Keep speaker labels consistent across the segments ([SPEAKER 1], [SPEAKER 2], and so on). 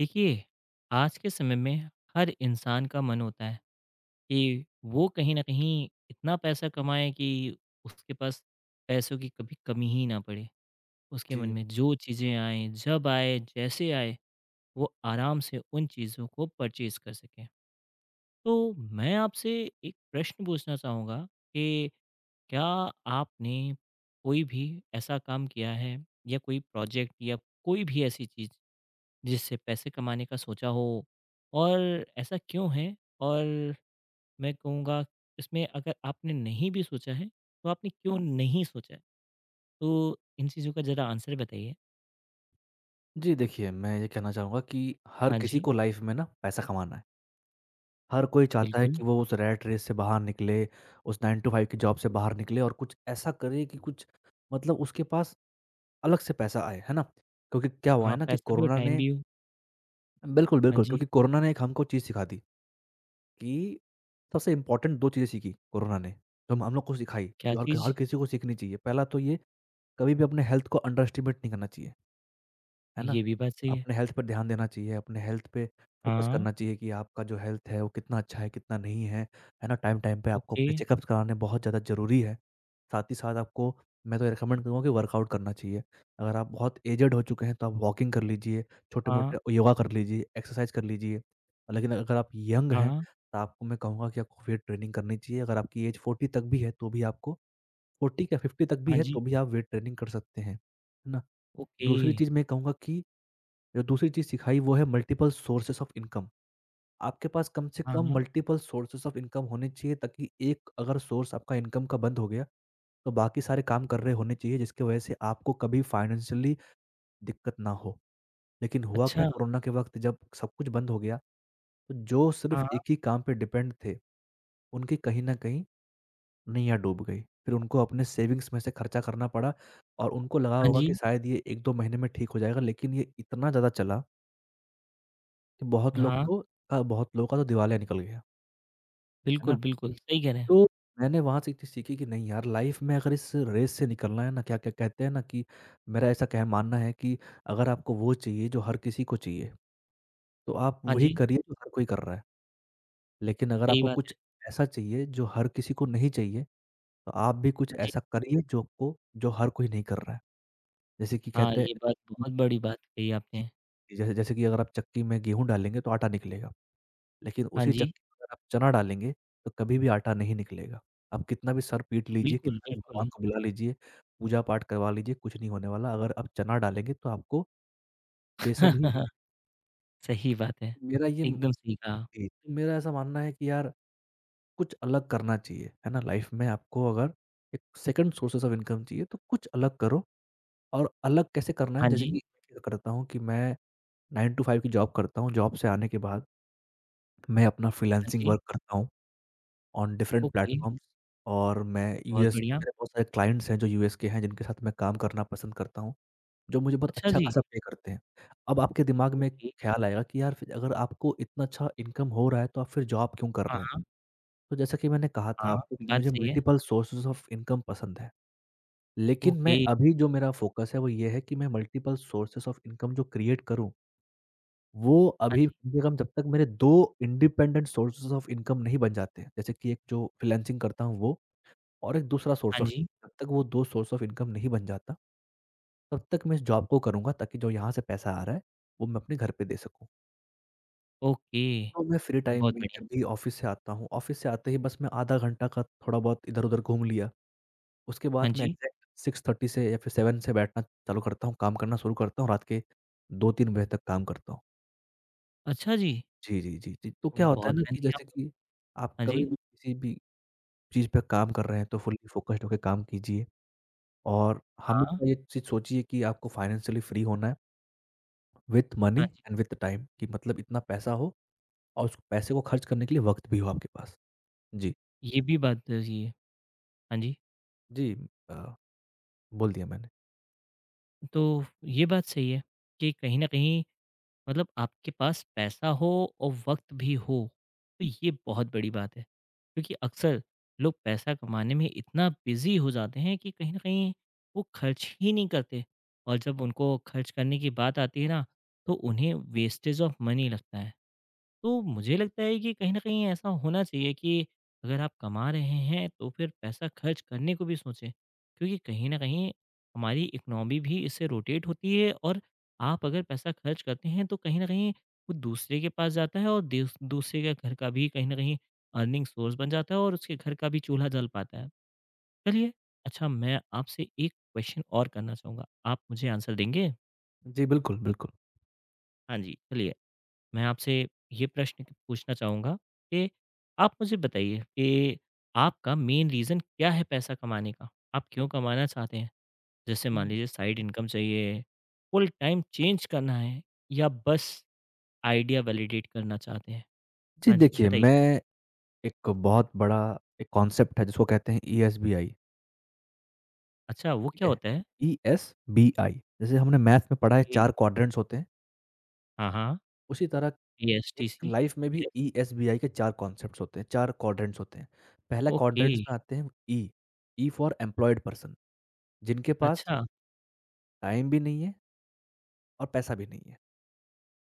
[SPEAKER 1] देखिए, आज के समय में हर इंसान का मन होता है कि वो कहीं न कहीं इतना पैसा कमाए कि उसके पास पैसों की कभी कमी ही ना पड़े। उसके मन
[SPEAKER 2] जी।
[SPEAKER 1] में जो चीज़ें आएँ, जब आए, जैसे आए, वो आराम से उन चीज़ों को परचेज़ कर सके। तो मैं आपसे एक प्रश्न पूछना चाहूँगा कि क्या आपने कोई भी ऐसा काम किया है या कोई प्रोजेक्ट या कोई भी ऐसी चीज़ जिससे पैसे कमाने का सोचा हो और ऐसा क्यों है? और मैं कहूँगा इसमें अगर आपने नहीं भी सोचा है, तो आपने क्यों नहीं सोचा है? तो इन चीज़ों का ज़रा आंसर बताइए।
[SPEAKER 2] जी, देखिए मैं ये कहना चाहूँगा कि हर
[SPEAKER 1] हाँ
[SPEAKER 2] किसी
[SPEAKER 1] जी,
[SPEAKER 2] को लाइफ़ में ना पैसा कमाना है। हर कोई चाहता है
[SPEAKER 1] बिल्कुल।
[SPEAKER 2] कि वो उस रैट रेस से बाहर निकले, उस 9 टू 5 की जॉब से बाहर निकले और कुछ ऐसा करे कि कुछ मतलब उसके पास अलग से पैसा आए, है ना? क्योंकि क्या हुआ
[SPEAKER 1] हाँ,
[SPEAKER 2] है ना कि
[SPEAKER 1] पैसा भी हो,
[SPEAKER 2] कोरोना
[SPEAKER 1] टाइम
[SPEAKER 2] ने।
[SPEAKER 1] भी हो।
[SPEAKER 2] बिल्कुल,
[SPEAKER 1] हाँ
[SPEAKER 2] बिल्कुल।
[SPEAKER 1] जी,
[SPEAKER 2] क्योंकि कोरोना ने एक हमको चीज़ सिखा दी कि सबसे इम्पोर्टेंट 2 चीज़ें सीखी कोरोना ने, जो हम लोग को सिखाई,
[SPEAKER 1] क्या
[SPEAKER 2] जो हर
[SPEAKER 1] चीज़?
[SPEAKER 2] हर किसी को सीखनी चाहिए। पहला तो ये, कभी भी अपने हेल्थ को अंडर एस्टिमेट नहीं करना चाहिए।
[SPEAKER 1] हाँ,
[SPEAKER 2] है ना?
[SPEAKER 1] ये भी बात सही है।
[SPEAKER 2] अपने हेल्थ पर ध्यान देना चाहिए, अपने हेल्थ पे फ़ोकस
[SPEAKER 1] हाँ,
[SPEAKER 2] करना चाहिए कि आपका जो हेल्थ है, वो कितना अच्छा है, कितना नहीं है। है ना? टाइम-टाइम पे आपको
[SPEAKER 1] ओके,
[SPEAKER 2] अपने चेकअप्स कराने बहुत ज़्यादा ज़रूरी है। साथ ही साथ आपको मैं तो ये रिकमेंड करूँगा कि वर्कआउट करना चाहिए। अगर आप बहुत एज्ड हो चुके हैं, तो आप वॉकिंग कर लीजिए,
[SPEAKER 1] हाँ,
[SPEAKER 2] छोटे-मोटे योगा कर लीजिए, एक्सरसाइज कर लीजिए। लेकिन अगर आप यंग हैं,
[SPEAKER 1] हाँ,
[SPEAKER 2] तो आपको मैं कहूँगा कि आपको वेट ट्रेनिंग करनी चाहिए। अगर आपकी एज 40 तक भी है, तो भी आपको 40 या 50 तक भी
[SPEAKER 1] हाँ
[SPEAKER 2] है,
[SPEAKER 1] जी,
[SPEAKER 2] तो भी आप वेट ट्रेनिंग कर सकते हैं। है ना?
[SPEAKER 1] ओके,
[SPEAKER 2] दूसरी चीज़ मैं कहूँगा कि जो दूसरी चीज़ सिखाई वो है मल्टीपल सोर्सेस ऑफ इनकम। आपके पास कम से
[SPEAKER 1] हाँ,
[SPEAKER 2] कम
[SPEAKER 1] हाँ,
[SPEAKER 2] मल्टीपल सोर्सेस ऑफ इनकम होने चाहिए ताकि एक अगर सोर्स आपका इनकम का बंद हो गया, तो बाकी सारे काम कर रहे होने चाहिए जिसकी वजह से आपको कभी फाइनेंशियली दिक्कत ना हो। लेकिन हुआ क्या
[SPEAKER 1] अच्छा,
[SPEAKER 2] कोरोना के वक़्त जब सब कुछ बंद हो गया, तो जो सिर्फ़
[SPEAKER 1] हाँ,
[SPEAKER 2] एक ही काम पे डिपेंड थे, उनकी कहीं न कहीं नैया डूब गई। फिर उनको अपने सेविंग्स में से खर्चा करना पड़ा और उनको लगा
[SPEAKER 1] हाँ
[SPEAKER 2] होगा
[SPEAKER 1] जी,
[SPEAKER 2] कि शायद ये 1-2 महीने में ठीक हो जाएगा लेकिन ये इतना ज़्यादा चला कि
[SPEAKER 1] हाँ,
[SPEAKER 2] बहुत लोगों का तो दिवालिया निकल गया, है
[SPEAKER 1] बिल्कुल,
[SPEAKER 2] ना?
[SPEAKER 1] बिल्कुल, सही कह रहे हैं।
[SPEAKER 2] तो मैंने वहाँ से एक चीज़ सीखी कि नहीं यार लाइफ़ में अगर इस रेस से निकलना है ना क्या-क्या कहते हैं ना कि मेरा ऐसा कह मानना है कि अगर आपको वो चाहिए जो हर किसी को चाहिए, तो आप
[SPEAKER 1] हाँ
[SPEAKER 2] वही
[SPEAKER 1] जी,
[SPEAKER 2] करिए जो हर कोई कर रहा है। लेकिन अगर
[SPEAKER 1] सही
[SPEAKER 2] आपको
[SPEAKER 1] बात है।
[SPEAKER 2] कुछ ऐसा चाहिए जो हर किसी को नहीं चाहिए, तो आप भी कुछ
[SPEAKER 1] हाँ जी,
[SPEAKER 2] ऐसा करिए जो आपको जो हर कोई नहीं कर रहा है। जैसे कि
[SPEAKER 1] हाँ,
[SPEAKER 2] कहते हैं
[SPEAKER 1] ये बात बहुत बड़ी बात कही
[SPEAKER 2] जी,
[SPEAKER 1] आपने।
[SPEAKER 2] जैसे जैसे कि अगर आप चक्की में गेहूँ डालेंगे तो आटा निकलेगा। लेकिन
[SPEAKER 1] हाँ
[SPEAKER 2] उसी
[SPEAKER 1] जी,
[SPEAKER 2] चक्की में अगर आप चना डालेंगे, तो कभी भी आटा नहीं निकलेगा। आप कितना भी सर पीट लीजिए,
[SPEAKER 1] बिल्कुल,
[SPEAKER 2] कितना भी
[SPEAKER 1] बिल्कुल।
[SPEAKER 2] भगवान को बुला लीजिए, पूजा पाठ करवा लीजिए, कुछ नहीं होने वाला। अगर आप चना डालेंगे तो आपको बेसन ही
[SPEAKER 1] सही बात है।
[SPEAKER 2] मेरा ये म
[SPEAKER 1] एकदम सही कहा।
[SPEAKER 2] जी, तो मेरा ऐसा मानना है कि यार कुछ अलग करना चाहिए, है ना? लाइफ़ में आपको अगर एक सेकंड सोर्सेज़ ऑफ इनकम चाहिए तो कुछ अलग करो और अलग कैसे करना है
[SPEAKER 1] हाँ
[SPEAKER 2] जैसे
[SPEAKER 1] जी,
[SPEAKER 2] कि मैं क्या करता हूँ कि मैं 9 टू 5 की जॉब करता हूँ। जॉब से आने के बाद मैं अपना
[SPEAKER 1] हाँ
[SPEAKER 2] फ्रीलांसिंग
[SPEAKER 1] जी,
[SPEAKER 2] वर्क करता हूँ। ऑन डिफरेंट
[SPEAKER 1] ओके,
[SPEAKER 2] प्लेटफ़ॉर्म्स और मैं
[SPEAKER 1] बहुत
[SPEAKER 2] यूएस
[SPEAKER 1] बढ़िया।
[SPEAKER 2] मेरे बहुत सारे क्लाइंट्स हैं जो यूएस के हैं, जिनके साथ मैं काम करना पसंद करता हूँ, जो मुझे बहुत
[SPEAKER 1] अच्छा
[SPEAKER 2] अच्छा
[SPEAKER 1] जी,
[SPEAKER 2] खासा पे करते हैं। अब आपके दिमाग में एक
[SPEAKER 1] ओके,
[SPEAKER 2] ख़्याल आएगा कि यार फिर अगर आपको इतना अच्छा इनकम हो रहा है, तो आप फिर जॉब क्यों कर रहे हैं?
[SPEAKER 1] हाँ,
[SPEAKER 2] तो जैसा कि मैंने कहा था
[SPEAKER 1] हाँ, हाँ,
[SPEAKER 2] आपको कि
[SPEAKER 1] बात
[SPEAKER 2] मुझे
[SPEAKER 1] सही है।
[SPEAKER 2] मल्टीपल सोर्सेज़ ऑफ इनकम पसंद है, लेकिन
[SPEAKER 1] ओके,
[SPEAKER 2] मैं अभी जो मेरा फ़ोकस है वो ये है कि मैं मल्टीपल सोर्सेज़ ऑफ इनकम जो क्रिएट करूँ, वो
[SPEAKER 1] हाँ
[SPEAKER 2] अभी
[SPEAKER 1] जी,
[SPEAKER 2] कम से कम जब तक मेरे 2 इंडिपेंडेंट सोर्सेज़ ऑफ इनकम नहीं बन जाते, जैसे कि एक जो फ्रीलांसिंग करता हूँ वो और एक दूसरा
[SPEAKER 1] हाँ
[SPEAKER 2] सोर्स ऑफ
[SPEAKER 1] जी,
[SPEAKER 2] जब तक वो 2 सोर्स ऑफ इनकम नहीं बन जाता, तब तक मैं इस जॉब को करूँगा ताकि जो यहाँ से पैसा आ रहा है, वो मैं अपने घर पे दे सकूँ।
[SPEAKER 1] ओके,
[SPEAKER 2] तो मैं फ्री टाइम
[SPEAKER 1] बहुत
[SPEAKER 2] में जब
[SPEAKER 1] बढ़िया।
[SPEAKER 2] भी ऑफ़िस से आता हूँ, ऑफ़िस से आते ही बस मैं आधा घंटा का थोड़ा बहुत इधर-उधर घूम लिया। उसके
[SPEAKER 1] हाँ
[SPEAKER 2] बाद मैं
[SPEAKER 1] जी,
[SPEAKER 2] एग्ज़ैक्ट 6:30 से या फिर 7 से बैठना चालू करता हूँ, काम करना शुरू करता हूँ, रात के 2-3 बजे तक काम करता हूँ।
[SPEAKER 1] अच्छा जी,
[SPEAKER 2] जी, जी, जी, जी। तो क्या होता है
[SPEAKER 1] बहुत
[SPEAKER 2] ना कि
[SPEAKER 1] मेहनती हैं आप
[SPEAKER 2] जैसे
[SPEAKER 1] तो।
[SPEAKER 2] कि आप
[SPEAKER 1] हाँ
[SPEAKER 2] कभी
[SPEAKER 1] जी,
[SPEAKER 2] भी किसी भी चीज़ पे काम कर रहे हैं, तो फुल्ली फ़ोकस्ड होके काम कीजिए। और
[SPEAKER 1] हाँ,
[SPEAKER 2] हमेशा ये चीज़ सोचिए कि आपको फाइनेंशियली फ्री होना है विथ मनी
[SPEAKER 1] हाँ जी,
[SPEAKER 2] एंड विथ टाइम कि मतलब इतना पैसा हो और उस पैसे को खर्च करने के लिए वक़्त भी हो आपके पास। जी,
[SPEAKER 1] ये भी बात सही है। हाँ जी,
[SPEAKER 2] जी अ, बोल दिया मैंने।
[SPEAKER 1] तो ये बात सही है कि कहीं न कहीं मतलब आपके पास पैसा हो और वक़्त भी हो, तो ये बहुत बड़ी बात है। क्योंकि अक्सर लोग पैसा कमाने में इतना बिज़ी हो जाते हैं कि कहीं न कहीं वो खर्च ही नहीं करते और जब उनको खर्च करने की बात आती है ना, तो उन्हें वेस्टेज ऑफ मनी लगता है। तो मुझे लगता है कि कहीं न कहीं ऐसा होना चाहिए कि अगर आप कमा रहे हैं, तो फिर पैसा खर्च करने को भी सोचें। क्योंकि कहीं न कहीं हमारी इकोनॉमी भी इससे रोटेट होती है और आप अगर पैसा खर्च करते हैं, तो कहीं न कहीं वो दूसरे के पास जाता है और देस दूसरे के घर का भी कहीं न कहीं अर्निंग सोर्स बन जाता है और उसके घर का भी चूल्हा जल पाता है। चलिए, अच्छा मैं आपसे एक क्वेश्चन और करना चाहूँगा, आप मुझे आंसर देंगे?
[SPEAKER 2] जी, बिल्कुल, बिल्कुल।
[SPEAKER 1] हाँ जी, चलिए। मैं आपसे ये प्रश्न पूछना चाहूँगा कि आप मुझे बताइए कि आपका मेन रीज़न क्या है पैसा कमाने का? आप क्यों कमाना चाहते हैं? जैसे मान
[SPEAKER 2] हम्म।
[SPEAKER 1] लीजिए साइड इनकम चाहिए, फुल टाइम चेंज करना है या बस आइडिया वैलिडेट करना चाहते हैं?
[SPEAKER 2] जी,
[SPEAKER 1] हाँ जी,
[SPEAKER 2] देखिए
[SPEAKER 1] बताइए।
[SPEAKER 2] मैं एक बहुत बड़ा एक कॉन्सेप्ट है जिसको कहते हैं ईएसबीआई,
[SPEAKER 1] अच्छा वो
[SPEAKER 2] ठीक
[SPEAKER 1] क्या
[SPEAKER 2] है?
[SPEAKER 1] होता है?
[SPEAKER 2] ईएसबीआई जैसे हमने मैथ में पढ़ा है
[SPEAKER 1] ओके,
[SPEAKER 2] 4 क्वाड्रेंट्स होते हैं।
[SPEAKER 1] हाँ, हाँ।
[SPEAKER 2] उसी तरह एक
[SPEAKER 1] ईएसटीसी?
[SPEAKER 2] लाइफ में भी
[SPEAKER 1] यस,
[SPEAKER 2] ईएसबीआई के 4 कॉन्सेप्ट्स होते हैं, 4 क्वाड्रेंट्स होते हैं। पहला
[SPEAKER 1] ओके,
[SPEAKER 2] क्वाड्रेंट्स में आते हैं E, E for employed person जिनके पास
[SPEAKER 1] अच्छा,
[SPEAKER 2] टाइम भी नहीं है और पैसा भी नहीं है,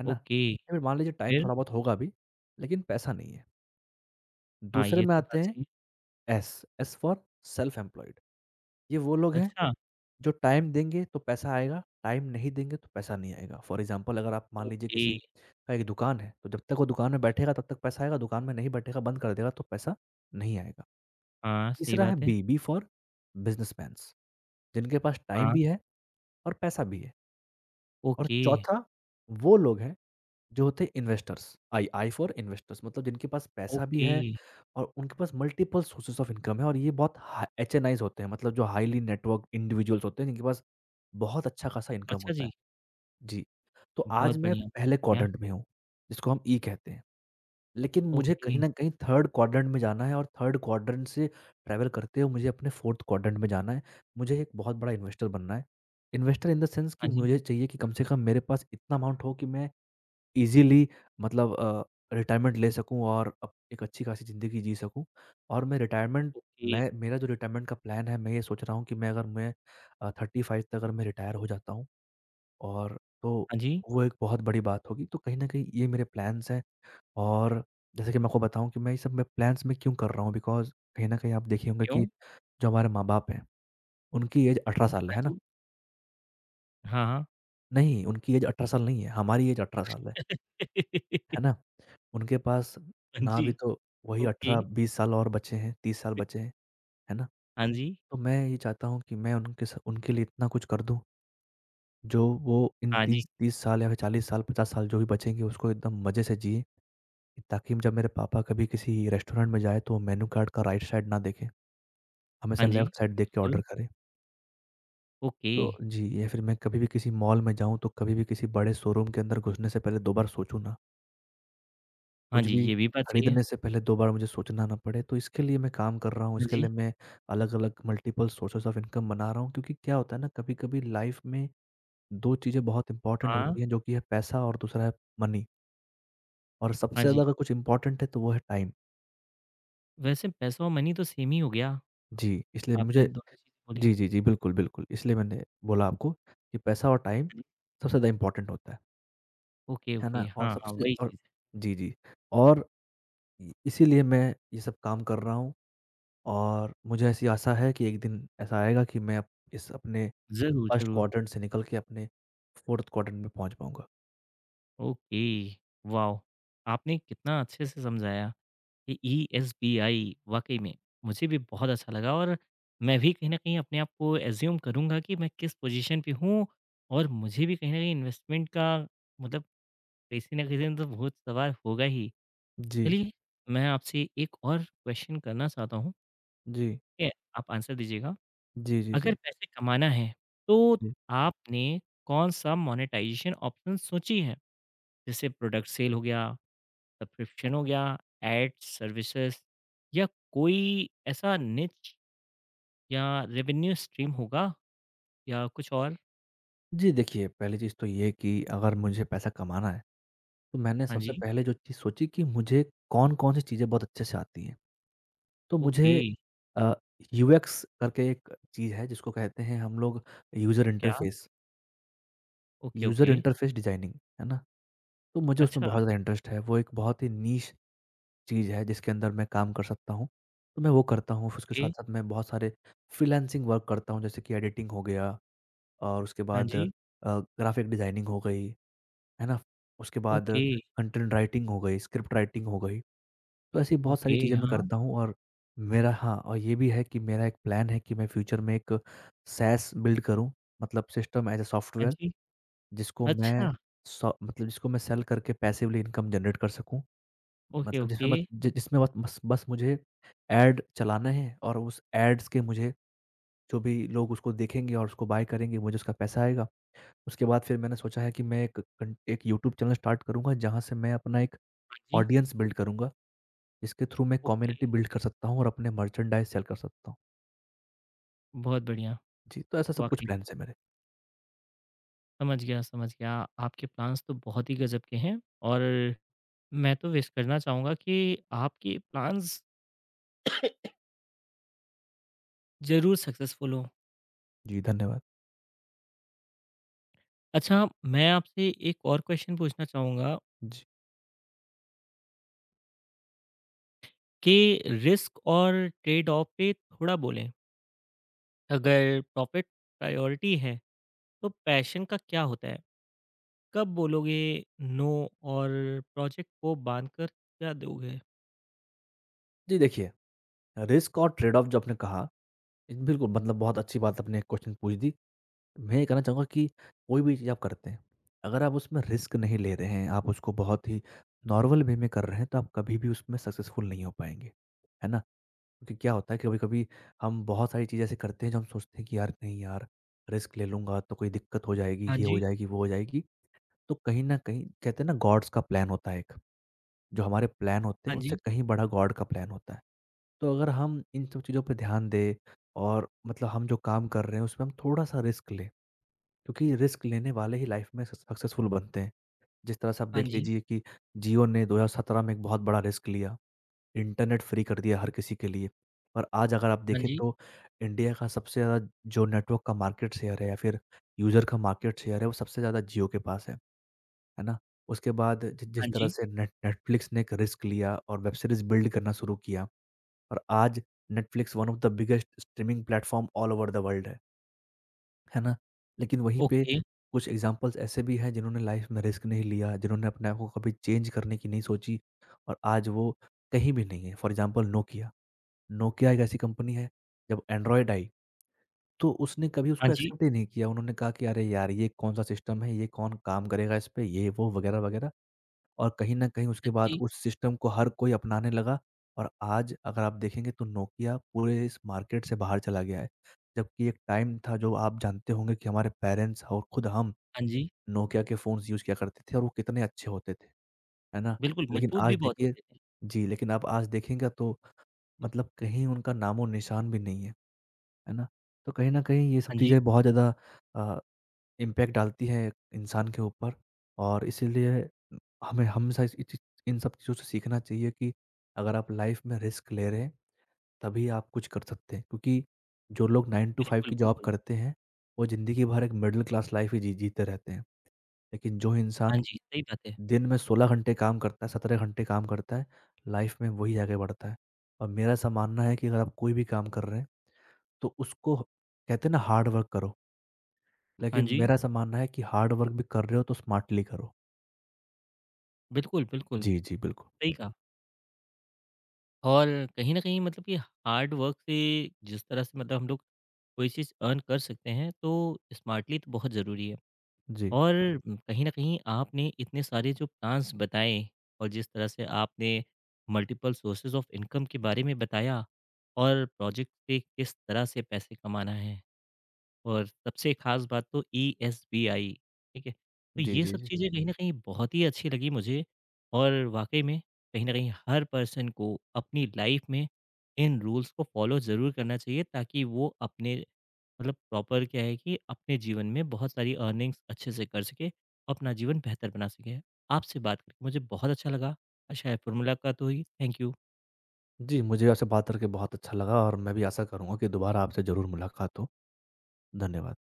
[SPEAKER 2] है ना?
[SPEAKER 1] ओके,
[SPEAKER 2] या फिर मान लीजिए टाइम
[SPEAKER 1] फिर?
[SPEAKER 2] थोड़ा बहुत होगा भी, लेकिन पैसा नहीं है।
[SPEAKER 1] हाँ,
[SPEAKER 2] दूसरे
[SPEAKER 1] ये
[SPEAKER 2] में
[SPEAKER 1] तो
[SPEAKER 2] आते
[SPEAKER 1] बात
[SPEAKER 2] हैं
[SPEAKER 1] सही है।
[SPEAKER 2] S, S for self employed ये वो लोग हैं
[SPEAKER 1] अच्छा,
[SPEAKER 2] जो टाइम देंगे तो पैसा आएगा, टाइम नहीं देंगे तो पैसा नहीं आएगा। फॉर एग्ज़ाम्पल अगर आप मान लीजिए
[SPEAKER 1] ओके,
[SPEAKER 2] किसी का एक दुकान है, तो जब तक वो दुकान में बैठेगा तब तक पैसा आएगा, दुकान में नहीं बैठेगा, बंद कर देगा तो पैसा नहीं आएगा।
[SPEAKER 1] हाँ, सही
[SPEAKER 2] तीसरा है
[SPEAKER 1] बात है।
[SPEAKER 2] बी, बी फॉर बिज़नेसमैन्स जिनके पास टाइम
[SPEAKER 1] हाँ,
[SPEAKER 2] भी है और पैसा भी है और
[SPEAKER 1] ओके,
[SPEAKER 2] चौथा वो लोग हैं जो होते हैं investors, I I for investors मतलब जिनके पास पैसा भी
[SPEAKER 1] ओके।
[SPEAKER 2] है और उनके पास मल्टीपल सोर्सेस ऑफ इनकम है और ये बहुत हा एचएनआईज़ होते हैं मतलब जो हाइली नेटवर्क इंडिविजुअल्स होते हैं जिनके पास बहुत अच्छा खासा इनकम
[SPEAKER 1] अच्छा
[SPEAKER 2] होता है।
[SPEAKER 1] जी।
[SPEAKER 2] जी, तो
[SPEAKER 1] बहुत
[SPEAKER 2] आज मैं
[SPEAKER 1] बढ़िया, बहुत
[SPEAKER 2] पहले
[SPEAKER 1] बढ़िया।
[SPEAKER 2] क्वाड्रेंट में हूँ, जिसको हम ई कहते हैं। लेकिन मुझे
[SPEAKER 1] ओके,
[SPEAKER 2] कहीं न कहीं थर्ड क्वाड्रेंट में जाना है और थर्ड क्वाड्रेंट से ट्रैवल करते हुए मुझे अपने फोर्थ क्वाड्रेंट में जाना है। मुझे एक बहुत बड़ा इन्वेस्टर बनना है। इन्वेस्टर इन द सेंस
[SPEAKER 1] हाँ
[SPEAKER 2] कि
[SPEAKER 1] जी,
[SPEAKER 2] मुझे चाहिए कि कम से कम मेरे पास इतना अमाउंट हो कि मैं ईज़िली मतलब रिटायरमेंट ले सकूँ और अप एक अच्छी खासी ज़िंदगी जी सकूँ। और मैं रिटायरमेंट
[SPEAKER 1] ओके,
[SPEAKER 2] मैं मेरा जो रिटायरमेंट का प्लान है, मैं ये सोच रहा हूँ कि मैं अगर मैं अ, 35 तक अगर मैं रिटायर हो जाता हूँ और तो
[SPEAKER 1] हाँ जी,
[SPEAKER 2] वो एक बहुत बड़ी बात होगी। तो कहीं न कहीं ये मेरे प्लान्स हैं और जैसे कि मैं आपको बताऊँ कि मैं ये सब मैं प्लान्स मैं क्यों कर रहा हूँ बिकॉज़ कहीं न कहीं आप देखे होंगे कि
[SPEAKER 1] क्यों?
[SPEAKER 2] जो हमारे माँ-बाप हैं, उनकी ऐज 18 साल
[SPEAKER 1] हाँ
[SPEAKER 2] है ना?
[SPEAKER 1] जी, हाँ, हाँ।
[SPEAKER 2] नहीं, उनकी ऐज 18 साल नहीं है, हमारी ऐज 18 साल है ना? उनके पास
[SPEAKER 1] हाँ
[SPEAKER 2] ना भी
[SPEAKER 1] जी,
[SPEAKER 2] तो वही
[SPEAKER 1] ओके,
[SPEAKER 2] 18-20 साल और बचे हैं, 30 साल बचे हैं, है ना?
[SPEAKER 1] हाँ जी,
[SPEAKER 2] तो मैं ये चाहता हूँ कि मैं उनके लिए इतना कुछ कर दूँ, जो वो इन
[SPEAKER 1] हाँ जी,
[SPEAKER 2] 30-30 साल या फिर 40 साल, 50 साल जो भी बचेंगे उसको एकदम मज़े से जिएँ, ताकि जब मेरे पापा कभी किसी रेस्टोरेंट में जाएँ तो वो मेनू कार्ड का राइट साइड ना देखें,
[SPEAKER 1] हाँ
[SPEAKER 2] हमेशा
[SPEAKER 1] जी,
[SPEAKER 2] लेफ्ट साइड देख के
[SPEAKER 1] बिल्कुल,
[SPEAKER 2] ऑर्डर करें।
[SPEAKER 1] ओके,
[SPEAKER 2] तो जी, या फिर मैं कभी भी किसी मॉल में जाऊँ तो कभी भी किसी बड़े शोरूम के अंदर घुसने से पहले 2 बार सोचूँ ना।
[SPEAKER 1] हाँ
[SPEAKER 2] कुछ
[SPEAKER 1] जी,
[SPEAKER 2] भी
[SPEAKER 1] ये भी बात सही है।
[SPEAKER 2] खरीदने से पहले 2 बार मुझे सोचना ना पड़े, तो इसके लिए मैं काम कर रहा हूँ,
[SPEAKER 1] हाँ
[SPEAKER 2] इसके
[SPEAKER 1] जी,
[SPEAKER 2] लिए मैं अलग-अलग मल्टीपल सोर्सेज़ ऑफ इनकम बना रहा हूँ क्योंकि क्या होता है ना कभी-कभी लाइफ़ में 2 चीज़ें बहुत इम्पोर्टेंट
[SPEAKER 1] हाँ,
[SPEAKER 2] होती हैं जो कि है पैसा और दूसरा है मनी और सबसे
[SPEAKER 1] हाँ
[SPEAKER 2] ज़्यादा
[SPEAKER 1] जी,
[SPEAKER 2] अगर कुछ इम्पोर्टेंट है तो वो है टाइम।
[SPEAKER 1] वैसे पैसा और मनी तो सेम ही हो गया,
[SPEAKER 2] जी, इसलिए
[SPEAKER 1] आपने
[SPEAKER 2] मुझे
[SPEAKER 1] दोनों चीज़ें बोली।
[SPEAKER 2] जी, जी, जी, बिल्कुल, बिल्कुल। इसलिए मैंने बोला आपको कि पैसा और टाइम
[SPEAKER 1] हाँ जी,
[SPEAKER 2] सबसे ज़्यादा इम्पोर्टेंट होता
[SPEAKER 1] ओके,
[SPEAKER 2] है
[SPEAKER 1] ओके,
[SPEAKER 2] ना? और
[SPEAKER 1] हाँ, हाँ,
[SPEAKER 2] सबसे
[SPEAKER 1] वही
[SPEAKER 2] और
[SPEAKER 1] चीज़ है।
[SPEAKER 2] जी, जी। और इ इसीलिए मैं ये सब काम कर रहा हूँ और मुझे ऐसी आशा है कि एक दिन ऐसा आएगा कि मैं अप इस अपने
[SPEAKER 1] ज़रूर,
[SPEAKER 2] फर्स्ट
[SPEAKER 1] ज़रूर,
[SPEAKER 2] क्वाड्रेंट से निकल के अपने फोर्थ क्वाड्रेंट में पहुँच पाऊँगा।
[SPEAKER 1] Okay, wow! आपने कितना अच्छे से समझाया। ये ईएसबीआई वाक़ई में मुझे भी बहुत अच्छा लगा और मैं भी कहीं न कहीं अपने आप को एज़्यूम करूँगा कि मैं किस पोज़ीशन पे हूँ और मुझे भी कहीं न कहीं इन्वेस्टमेंट का मतलब किसी न किसी दिन तो भूत सवार होगा ही।
[SPEAKER 2] जी,
[SPEAKER 1] चलिए, मैं आपसे एक और क्वेश्चन करना चाहता हूँ,
[SPEAKER 2] जी,
[SPEAKER 1] ठीक है? आप आंसर दीजिएगा।
[SPEAKER 2] जी, जी,
[SPEAKER 1] अगर
[SPEAKER 2] जी,
[SPEAKER 1] पैसे कमाना है, तो
[SPEAKER 2] जी।
[SPEAKER 1] आपने कौन-सा मोनेटाइज़ेशन ऑप्शन सोची है? जैसे प्रोडक्ट सेल हो गया सब्सक्रिप्शन हो गया, एड्स, सर्विसेज़ या कोई ऐसा निच या रेवेन्यू स्ट्रीम होगा या कुछ और?
[SPEAKER 2] जी, देखिए पहली चीज़ तो ये है कि अगर मुझे पैसा कमाना है, तो मैंने
[SPEAKER 1] हाँ
[SPEAKER 2] सबसे
[SPEAKER 1] जी,
[SPEAKER 2] पहले जो चीज़ सोची कि मुझे कौन-कौन सी चीज़ें बहुत अच्छे से आती हैं। तो
[SPEAKER 1] ओके,
[SPEAKER 2] मुझे अ, यूएक्स करके एक चीज़ है जिसको कहते हैं हम लोग यूज़र
[SPEAKER 1] क्या?
[SPEAKER 2] Interface
[SPEAKER 1] okay,
[SPEAKER 2] user
[SPEAKER 1] okay,
[SPEAKER 2] interface designing, है ना? तो मुझे उसमें
[SPEAKER 1] अच्छा,
[SPEAKER 2] बहुत ज़्यादा इंटरेस्ट है। वो एक बहुत ही नीश चीज़ है जिसके अंदर मैं काम कर सकता हूँ, तो मैं वो करता हूँ। फिर उसके
[SPEAKER 1] ओके,
[SPEAKER 2] साथ-साथ मैं बहुत सारे फ्रीलांसिंग वर्क करता हूँ, जैसे कि एडिटिंग हो गया और उसके
[SPEAKER 1] हाँ
[SPEAKER 2] बाद
[SPEAKER 1] जी,
[SPEAKER 2] ग्राफ़िक डिज़ाइनिंग हो गई, है ना? उसके बाद
[SPEAKER 1] ओके,
[SPEAKER 2] कंटेंट राइटिंग हो गई, स्क्रिप्ट राइटिंग हो गई। तो ऐसी बहुत
[SPEAKER 1] ओके,
[SPEAKER 2] सारी चीज़ें मैं
[SPEAKER 1] हाँ,
[SPEAKER 2] करता हूँ और मेरा हाँ, और ये भी है कि मेरा एक प्लान है कि मैं फ्यूचर में एक सैस बिल्ड करूँ, मतलब सिस्टम एज़ अ
[SPEAKER 1] हाँ
[SPEAKER 2] सॉफ्टवेयर,
[SPEAKER 1] जी,
[SPEAKER 2] जिसको मैं
[SPEAKER 1] अच्छा,
[SPEAKER 2] जिसको मैं सेल करके पैसिवली इनकम जनरेट कर सकूँ,
[SPEAKER 1] ओके,
[SPEAKER 2] मतलब
[SPEAKER 1] ओके,
[SPEAKER 2] जिसमें बस
[SPEAKER 1] हाँ
[SPEAKER 2] जि जिसमें बस बस बस मुझे ऐड चलाना है और उस ऐड्स के, मुझे जो भी लोग उसको देखेंगे और उसको बाय करेंगे, मुझे उसका पैसा आएगा। उसके बाद फिर मैंने सोचा है कि मैं एक यूट्यूब चैनल स्टार्ट करूँगा, जहाँ से मैं अपना एक
[SPEAKER 1] जी,
[SPEAKER 2] ऑडियंस बिल्ड करूँगा, जिसके थ्रू मैं
[SPEAKER 1] ओके,
[SPEAKER 2] कम्युनिटी बिल्ड कर सकता हूँ और अपने मर्चेंडाइज़ सेल कर सकता हूँ।
[SPEAKER 1] बहुत बढ़िया,
[SPEAKER 2] जी, तो ऐसा सब कुछ
[SPEAKER 1] वाक़ई में,
[SPEAKER 2] प्लान्स है मेरे।
[SPEAKER 1] समझ गया, समझ गया। आपके प्लान्स तो बहुत ही गज़ब के हैं और मैं तो विश करना चाहूँगा कि आपके प्लान्स ज़रूर सक्सेसफुल हों।
[SPEAKER 2] जी, धन्यवाद।
[SPEAKER 1] अच्छा, मैं आपसे एक और क्वेश्चन पूछना चाहूँगा
[SPEAKER 2] जी।
[SPEAKER 1] कि रिस्क और ट्रेड ऑफ पे थोड़ा बोलें। अगर प्रॉफ़िट प्रायोरिटी है, तो पैशन का क्या होता है? कब बोलोगे नो और प्रोजेक्ट को बाँध कर क्या दोगे?
[SPEAKER 2] जी, देखिए, रिस्क और ट्रेड ऑफ जो आपने कहा, बिल्कुल, मतलब बहुत अच्छी बात आपने क्वेश्चन पूछ दी। मैं ये कहना चाहूँगा कि कोई भी चीज़ आप करते हैं, अगर आप उसमें रिस्क नहीं ले रहे हैं, आप उसको बहुत ही नॉर्मल वे में कर रहे हैं, तो आप कभी भी उसमें सक्सेसफुल नहीं हो पाएँगे, है ना? क्योंकि क्या होता है, कभी-कभी हम बहुत सारी चीज़ें ऐसी करते हैं, जो हम सोचते हैं कि यार, नहीं यार, रिस्क ले लूँगा तो कोई दिक्कत हो जाएगी,
[SPEAKER 1] हाँ
[SPEAKER 2] ये हो
[SPEAKER 1] जी,
[SPEAKER 2] जाएगी, वो हो जाएगी। तो कहीं न कहीं कहते हैं ना, गॉड्स का प्लान होता है एक, जो हमारे प्लान होते
[SPEAKER 1] हाँ
[SPEAKER 2] हैं उससे
[SPEAKER 1] जी,
[SPEAKER 2] कहीं बड़ा गॉड का प्लान होता है। तो अगर हम इन सब चीज़ों पे ध्यान दें और मतलब हम जो काम कर रहे हैं उसमें हम थोड़ा-सा रिस्क लें, क्योंकि रिस्क लेने वाले ही लाइफ में सक्सेसफुल बनते हैं। जिस तरह से आप
[SPEAKER 1] हाँ
[SPEAKER 2] देख
[SPEAKER 1] जी,
[SPEAKER 2] लीजिए कि जियो ने 2017 में एक बहुत बड़ा रिस्क लिया, इंटरनेट फ्री कर दिया हर किसी के लिए। और आज अगर आप
[SPEAKER 1] हाँ
[SPEAKER 2] देखें
[SPEAKER 1] जी,
[SPEAKER 2] तो इंडिया का सबसे ज़्यादा जो नेटवर्क का मार्केट शेयर है या फिर यूज़र का मार्केट शेयर है, वो सबसे ज़्यादा जियो के पास है ना? उसके बाद जि
[SPEAKER 1] हाँ
[SPEAKER 2] जिस तरह
[SPEAKER 1] जी,
[SPEAKER 2] से नेटफ्लिक्स ने एक रिस्क लिया और वेब सीरीज़ बिल्ड करना शुरू किया और आज Netflix one of the biggest streaming platform all over the world है। है ना? लेकिन वहीं पे
[SPEAKER 1] ओके,
[SPEAKER 2] कुछ एग्ज़ाम्पल्स ऐसे भी हैं, जिन्होंने लाइफ़ में रिस्क नहीं लिया, जिन्होंने अपने आप को कभी चेंज करने की नहीं सोची और आज वो कहीं भी नहीं है। फॉर एग्ज़ाम्पल नोकिया, नोकिया एक ऐसी कंपनी है, जब एंड्रॉइड आई तो उसने कभी
[SPEAKER 1] हाँ
[SPEAKER 2] उसको
[SPEAKER 1] जी,
[SPEAKER 2] एक्सेप्ट ही नहीं किया। उन्होंने कहा कि अरे यार! ये कौन-सा सिस्टम है, ये कौन काम करेगा इस पे, ये वो वगैरह-वगैरह। और कहीं न कहीं उसके
[SPEAKER 1] हाँ
[SPEAKER 2] बाद
[SPEAKER 1] जी,
[SPEAKER 2] उस सिस्टम को हर कोई अपनाने लगा और आज अगर आप देखेंगे तो नोकिया पूरे इस मार्केट से बाहर चला गया है। जबकि एक टाइम था, जो आप जानते होंगे कि हमारे पेरेंट्स और खुद हम
[SPEAKER 1] हाँ जी।
[SPEAKER 2] नोकिया के फ़ोन्स यूज़ किया करते थे और वो कितने अच्छे होते थे, है ना?
[SPEAKER 1] बिल्कुल,
[SPEAKER 2] लेकिन
[SPEAKER 1] मजबूत भी
[SPEAKER 2] आज
[SPEAKER 1] बहुत
[SPEAKER 2] देखिए,
[SPEAKER 1] होते थे।
[SPEAKER 2] जी, लेकिन आप आज देखेंगे तो मतलब कहीं उनका नामो-निशान भी नहीं है, है ना? तो कहीं न कहीं ये सब
[SPEAKER 1] हाँ जी,
[SPEAKER 2] चीज़ें बहुत ज़्यादा अ इम्पैक्ट डालती है इंसान के ऊपर और इसीलिए हमें हमेशा इस चीज़, इन सब चीज़ों से सीखना चाहिए कि अगर आप लाइफ में रिस्क ले रहे हैं तभी आप कुछ कर सकते हैं, क्योंकि जो लोग 9 टू 5
[SPEAKER 1] बिल्कुल,
[SPEAKER 2] की जॉब
[SPEAKER 1] बिल्कुल।
[SPEAKER 2] करते हैं, वो ज़िंदगी भर एक मिडिल क्लास लाइफ ही जीते रहते हैं, लेकिन जो
[SPEAKER 1] हाँ
[SPEAKER 2] इंसान
[SPEAKER 1] जी, सही बात है।
[SPEAKER 2] दिन में 16 घंटे काम करता है, 17 घंटे काम करता है, लाइफ में वही आगे बढ़ता है। और मेरा ऐसा मानना है कि अगर आप कोई भी काम कर रहे हैं तो उसको कहते हैं ना, हार्ड वर्क करो,
[SPEAKER 1] हाँ
[SPEAKER 2] लेकिन
[SPEAKER 1] जी,
[SPEAKER 2] मेरा ऐसा मानना है कि हार्ड वर्क भी कर रहे हो तो स्मार्टली करो।
[SPEAKER 1] बिल्कुल, बिल्कुल,
[SPEAKER 2] जी, जी, बिल्कुल।
[SPEAKER 1] सही कहा। और कहीं न कहीं मतलब कि हार्ड वर्क से जिस तरह से मतलब हम लोग कोई चीज़ अर्न कर सकते हैं, तो स्मार्टली तो बहुत ज़रूरी है।
[SPEAKER 2] जी।
[SPEAKER 1] और कहीं न कहीं आपने इतने सारे जो प्लान्स बताएँ और जिस तरह से आपने मल्टीपल सोर्सेज़ ऑफ इनकम के बारे में बताया और प्रोजेक्ट से किस तरह से पैसे कमाना है। और सबसे ख़ास बात तो ईएसबीआई, ठीक है? तो
[SPEAKER 2] जी,
[SPEAKER 1] ये
[SPEAKER 2] जी,
[SPEAKER 1] सब
[SPEAKER 2] जी।
[SPEAKER 1] चीज़ें कहीं न कहीं बहुत ही अच्छी लगी मुझे और वाक़ई में कहीं न कहीं हर पर्सन को अपनी लाइफ़ में इन रूल्स को फ़ॉलो ज़रूर करना चाहिए ताकि वो अपने मतलब प्रॉपर क्या है कि अपने जीवन में बहुत सारी अर्निंग्स अच्छे से कर सके, अपना जीवन बेहतर बना सके। आपसे बात करके मुझे बहुत अच्छा लगा। आशा है फ़िर मुलाकात होगी। Thank you.
[SPEAKER 2] जी, मुझे आपसे बात करके बहुत अच्छा लगा और मैं भी आशा करूँगा कि दोबारा आपसे ज़रूर मुलाकात हो। धन्यवाद।